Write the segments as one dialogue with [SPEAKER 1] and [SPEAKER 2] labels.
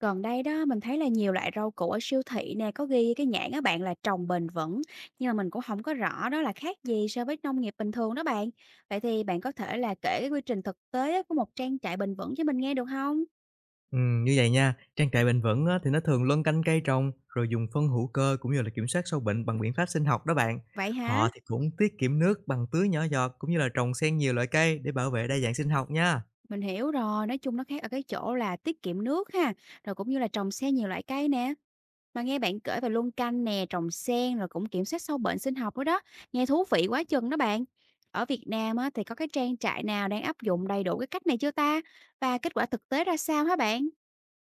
[SPEAKER 1] Gần đây đó, mình thấy là nhiều loại rau củ ở siêu thị nè, có ghi cái nhãn á bạn là trồng bền vững, nhưng mà mình cũng không có rõ đó là khác gì so với nông nghiệp bình thường đó bạn. Vậy thì bạn có thể là kể cái quy trình thực tế á của một trang trại bền vững cho mình nghe được không?
[SPEAKER 2] Như vậy nha, trang trại bền vững á, thì nó thường luân canh cây trồng, rồi dùng phân hữu cơ cũng như là kiểm soát sâu bệnh bằng biện pháp sinh học đó bạn.
[SPEAKER 1] Vậy hả?
[SPEAKER 2] Họ thì cũng tiết kiệm nước bằng tưới nhỏ giọt cũng như là trồng xen nhiều loại cây để bảo vệ đa dạng sinh học nha.
[SPEAKER 1] Mình hiểu rồi, nói chung nó khác ở cái chỗ là tiết kiệm nước ha, rồi cũng như là trồng xe nhiều loại cây nè. Mà nghe bạn kể về luân canh nè, trồng sen rồi cũng kiểm soát sâu bệnh sinh học nữa đó, nghe thú vị quá chừng đó bạn. Ở Việt Nam á, thì có cái trang trại nào đang áp dụng đầy đủ cái cách này chưa ta? Và kết quả thực tế ra sao hả bạn?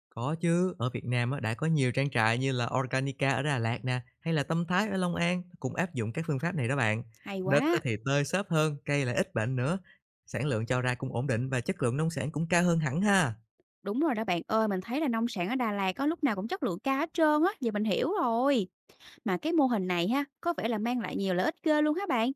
[SPEAKER 2] Có chứ, ở Việt Nam á, đã có nhiều trang trại như là Organica ở Đà Lạt nè, hay là Tâm Thái ở Long An cũng áp dụng các phương pháp này đó bạn.
[SPEAKER 1] Hay
[SPEAKER 2] Đất á
[SPEAKER 1] quá.
[SPEAKER 2] thì tơi xốp hơn, cây lại ít bệnh nữa, sản lượng cho ra cũng ổn định và chất lượng nông sản cũng cao hơn hẳn ha.
[SPEAKER 1] Đúng rồi đó bạn ơi, mình thấy là nông sản ở Đà Lạt có lúc nào cũng chất lượng cao hết trơn á, giờ mình hiểu rồi. Mà cái mô hình này ha, có vẻ là mang lại nhiều lợi ích ghê luôn hả bạn?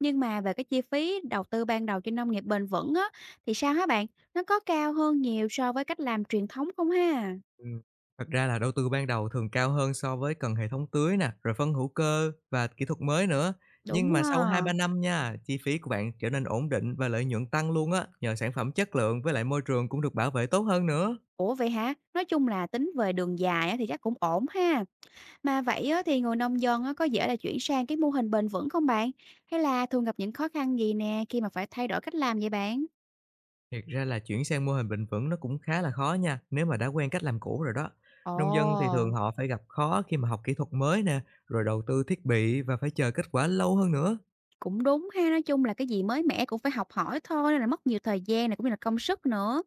[SPEAKER 1] Nhưng mà về cái chi phí đầu tư ban đầu cho nông nghiệp bền vững á, thì sao hả bạn? Nó có cao hơn nhiều so với cách làm truyền thống không ha?
[SPEAKER 2] Ừm, Thật ra là đầu tư ban đầu thường cao hơn, so với cần hệ thống tưới nè, rồi phân hữu cơ và kỹ thuật mới nữa. Nhưng
[SPEAKER 1] Đúng
[SPEAKER 2] mà sau hai
[SPEAKER 1] ha.
[SPEAKER 2] ba năm nha, chi phí của bạn trở nên ổn định và lợi nhuận tăng luôn á, nhờ sản phẩm chất lượng với lại môi trường cũng được bảo vệ tốt hơn nữa.
[SPEAKER 1] Ủa vậy hả? Nói chung là tính về đường dài á thì chắc cũng ổn ha. Mà vậy á thì người nông dân á có dễ là chuyển sang cái mô hình bền vững không bạn? Hay là thường gặp những khó khăn gì nè khi mà phải thay đổi cách làm vậy bạn?
[SPEAKER 2] Thiệt ra là chuyển sang mô hình bền vững nó cũng khá là khó nha, nếu mà đã quen cách làm cũ rồi đó.
[SPEAKER 1] Ồ.
[SPEAKER 2] Nông dân thì thường họ phải gặp khó khi mà học kỹ thuật mới nè, rồi đầu tư thiết bị và phải chờ kết quả lâu hơn nữa.
[SPEAKER 1] Cũng đúng ha, nói chung là cái gì mới mẻ cũng phải học hỏi thôi nên là mất nhiều thời gian này cũng như là công sức nữa.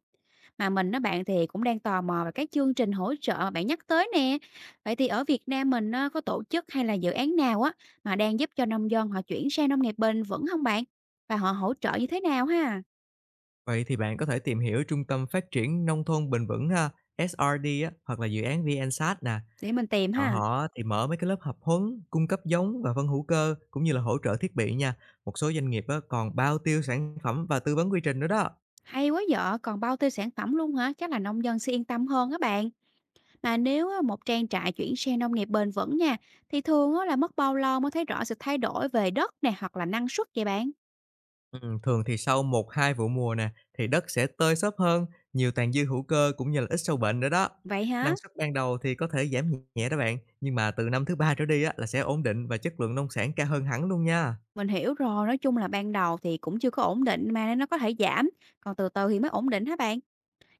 [SPEAKER 1] Mà mình á bạn thì cũng đang tò mò về cái chương trình hỗ trợ mà bạn nhắc tới nè. Vậy thì ở Việt Nam mình á, có tổ chức hay là dự án nào á mà đang giúp cho nông dân họ chuyển sang nông nghiệp bền vững không bạn? Và họ hỗ trợ như thế nào ha?
[SPEAKER 2] Vậy thì bạn có thể tìm hiểu Trung tâm Phát triển Nông thôn Bền vững ha, SRD á, hoặc là dự án VNSat nè.
[SPEAKER 1] Để mình tìm
[SPEAKER 2] Chọn
[SPEAKER 1] ha.
[SPEAKER 2] họ á, thì mở mấy cái lớp học huấn, cung cấp giống và phân hữu cơ cũng như là hỗ trợ thiết bị nha. Một số doanh nghiệp á, còn bao tiêu sản phẩm và tư vấn quy trình nữa đó.
[SPEAKER 1] Hay quá vợ, còn bao tiêu sản phẩm luôn hả? Chắc là nông dân sẽ yên tâm hơn á bạn. Mà nếu á, một trang trại chuyển sang nông nghiệp bền vững nha, thì thường á, là mất bao lâu mới thấy rõ sự thay đổi về đất nè hoặc là năng suất vậy bạn?
[SPEAKER 2] Ừ, thường thì sau 1 2 vụ mùa nè thì đất sẽ tơi xốp hơn, nhiều tàn dư hữu cơ cũng như là ít sâu bệnh nữa đó.
[SPEAKER 1] Vậy hả?
[SPEAKER 2] Năng suất ban đầu thì có thể giảm nhẹ đó bạn, nhưng mà từ năm thứ ba trở đi á, là sẽ ổn định và chất lượng nông sản cao hơn hẳn luôn nha.
[SPEAKER 1] Mình hiểu rồi, nói chung là ban đầu thì cũng chưa có ổn định mà nên nó có thể giảm, còn từ từ thì mới ổn định hả bạn?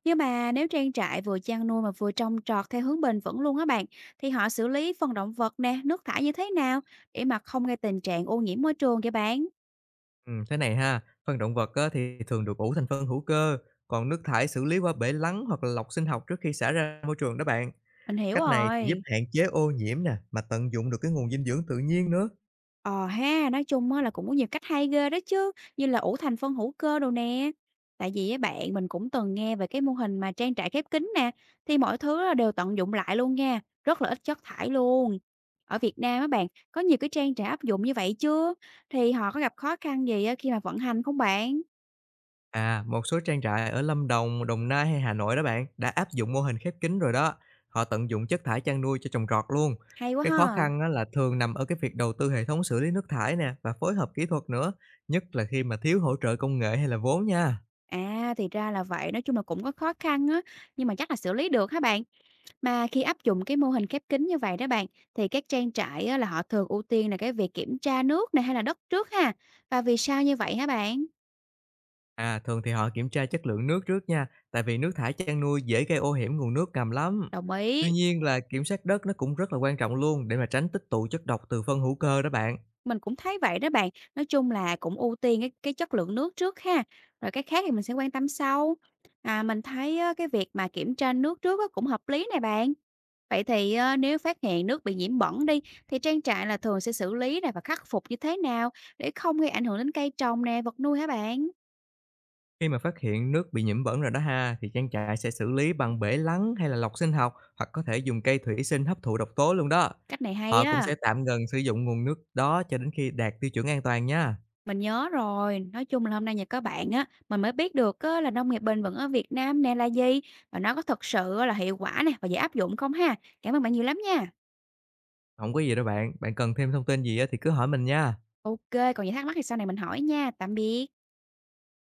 [SPEAKER 1] Nhưng mà nếu trang trại vừa chăn nuôi mà vừa trồng trọt theo hướng bền vững luôn á bạn, thì họ xử lý phần động vật nè, nước thải như thế nào để mà không gây tình trạng ô nhiễm môi trường vậy bạn?
[SPEAKER 2] Thế này ha, phân động vật á, thì thường được ủ thành phân hữu cơ, còn nước thải xử lý qua bể lắng hoặc là lọc sinh học trước khi xả ra môi trường đó bạn.
[SPEAKER 1] Mình hiểu
[SPEAKER 2] Cách này thì giúp
[SPEAKER 1] rồi.
[SPEAKER 2] hạn chế ô nhiễm nè, mà tận dụng được cái nguồn dinh dưỡng tự nhiên nữa.
[SPEAKER 1] Ờ ha, nói chung á là cũng có nhiều cách hay ghê đó chứ, như là ủ thành phân hữu cơ đồ nè. Tại vì á bạn mình cũng từng nghe về cái mô hình mà trang trại khép kín nè, thì mọi thứ á đều tận dụng lại luôn nha, rất là ít chất thải luôn. Ở Việt Nam á bạn, có nhiều cái trang trại áp dụng như vậy chưa? Thì họ có gặp khó khăn gì á khi mà vận hành không bạn?
[SPEAKER 2] À, một số trang trại ở Lâm Đồng, Đồng Nai hay Hà Nội đó bạn đã áp dụng mô hình khép kín rồi đó. Họ tận dụng chất thải chăn nuôi cho trồng trọt luôn.
[SPEAKER 1] Hay quá
[SPEAKER 2] Cái khó
[SPEAKER 1] ha.
[SPEAKER 2] khăn á, là thường nằm ở cái việc đầu tư hệ thống xử lý nước thải nè và phối hợp kỹ thuật nữa, nhất là khi mà thiếu hỗ trợ công nghệ hay là vốn nha.
[SPEAKER 1] À thì ra là vậy, nói chung là cũng có khó khăn á, nhưng mà chắc là xử lý được hả bạn? Mà khi áp dụng cái mô hình khép kín như vậy đó bạn, thì các trang trại á là họ thường ưu tiên là cái việc kiểm tra nước này hay là đất trước ha? Và vì sao như vậy hả bạn?
[SPEAKER 2] À, thường thì họ kiểm tra chất lượng nước trước nha, tại vì nước thải chăn nuôi dễ gây ô nhiễm nguồn nước ngầm lắm.
[SPEAKER 1] Đồng
[SPEAKER 2] Tuy
[SPEAKER 1] ý,
[SPEAKER 2] nhiên là kiểm soát đất nó cũng rất là quan trọng luôn, để mà tránh tích tụ chất độc từ phân hữu cơ đó bạn.
[SPEAKER 1] mình cũng thấy vậy đó bạn. Nói chung là cũng ưu tiên cái chất lượng nước trước ha. Rồi cái khác thì mình sẽ quan tâm sau. À, mình thấy á, cái việc mà kiểm tra nước trước á cũng hợp lý này bạn. Vậy thì nếu phát hiện nước bị nhiễm bẩn đi, thì trang trại là thường sẽ xử lý này và khắc phục như thế nào để không gây ảnh hưởng đến cây trồng nè, vật nuôi hả bạn?
[SPEAKER 2] Khi mà phát hiện nước bị nhiễm bẩn rồi đó ha, thì trang trại sẽ xử lý bằng bể lắng hay là lọc sinh học, hoặc có thể dùng cây thủy sinh hấp thụ độc tố luôn đó.
[SPEAKER 1] Cách này hay
[SPEAKER 2] Họ cũng
[SPEAKER 1] á.
[SPEAKER 2] sẽ tạm ngừng sử dụng nguồn nước đó cho đến khi đạt tiêu chuẩn an toàn nha.
[SPEAKER 1] Mình nhớ rồi, nói chung là hôm nay nhờ có bạn á, mình mới biết được á, là nông nghiệp bền vững ở Việt Nam nè là gì và nó có thật sự á là hiệu quả nè và dễ áp dụng không ha. Cảm ơn bạn nhiều lắm nha.
[SPEAKER 2] Không có gì đâu bạn, bạn cần thêm thông tin gì á thì cứ hỏi mình nha.
[SPEAKER 1] Ok, còn gì thắc mắc thì sau này mình hỏi nha. Tạm biệt.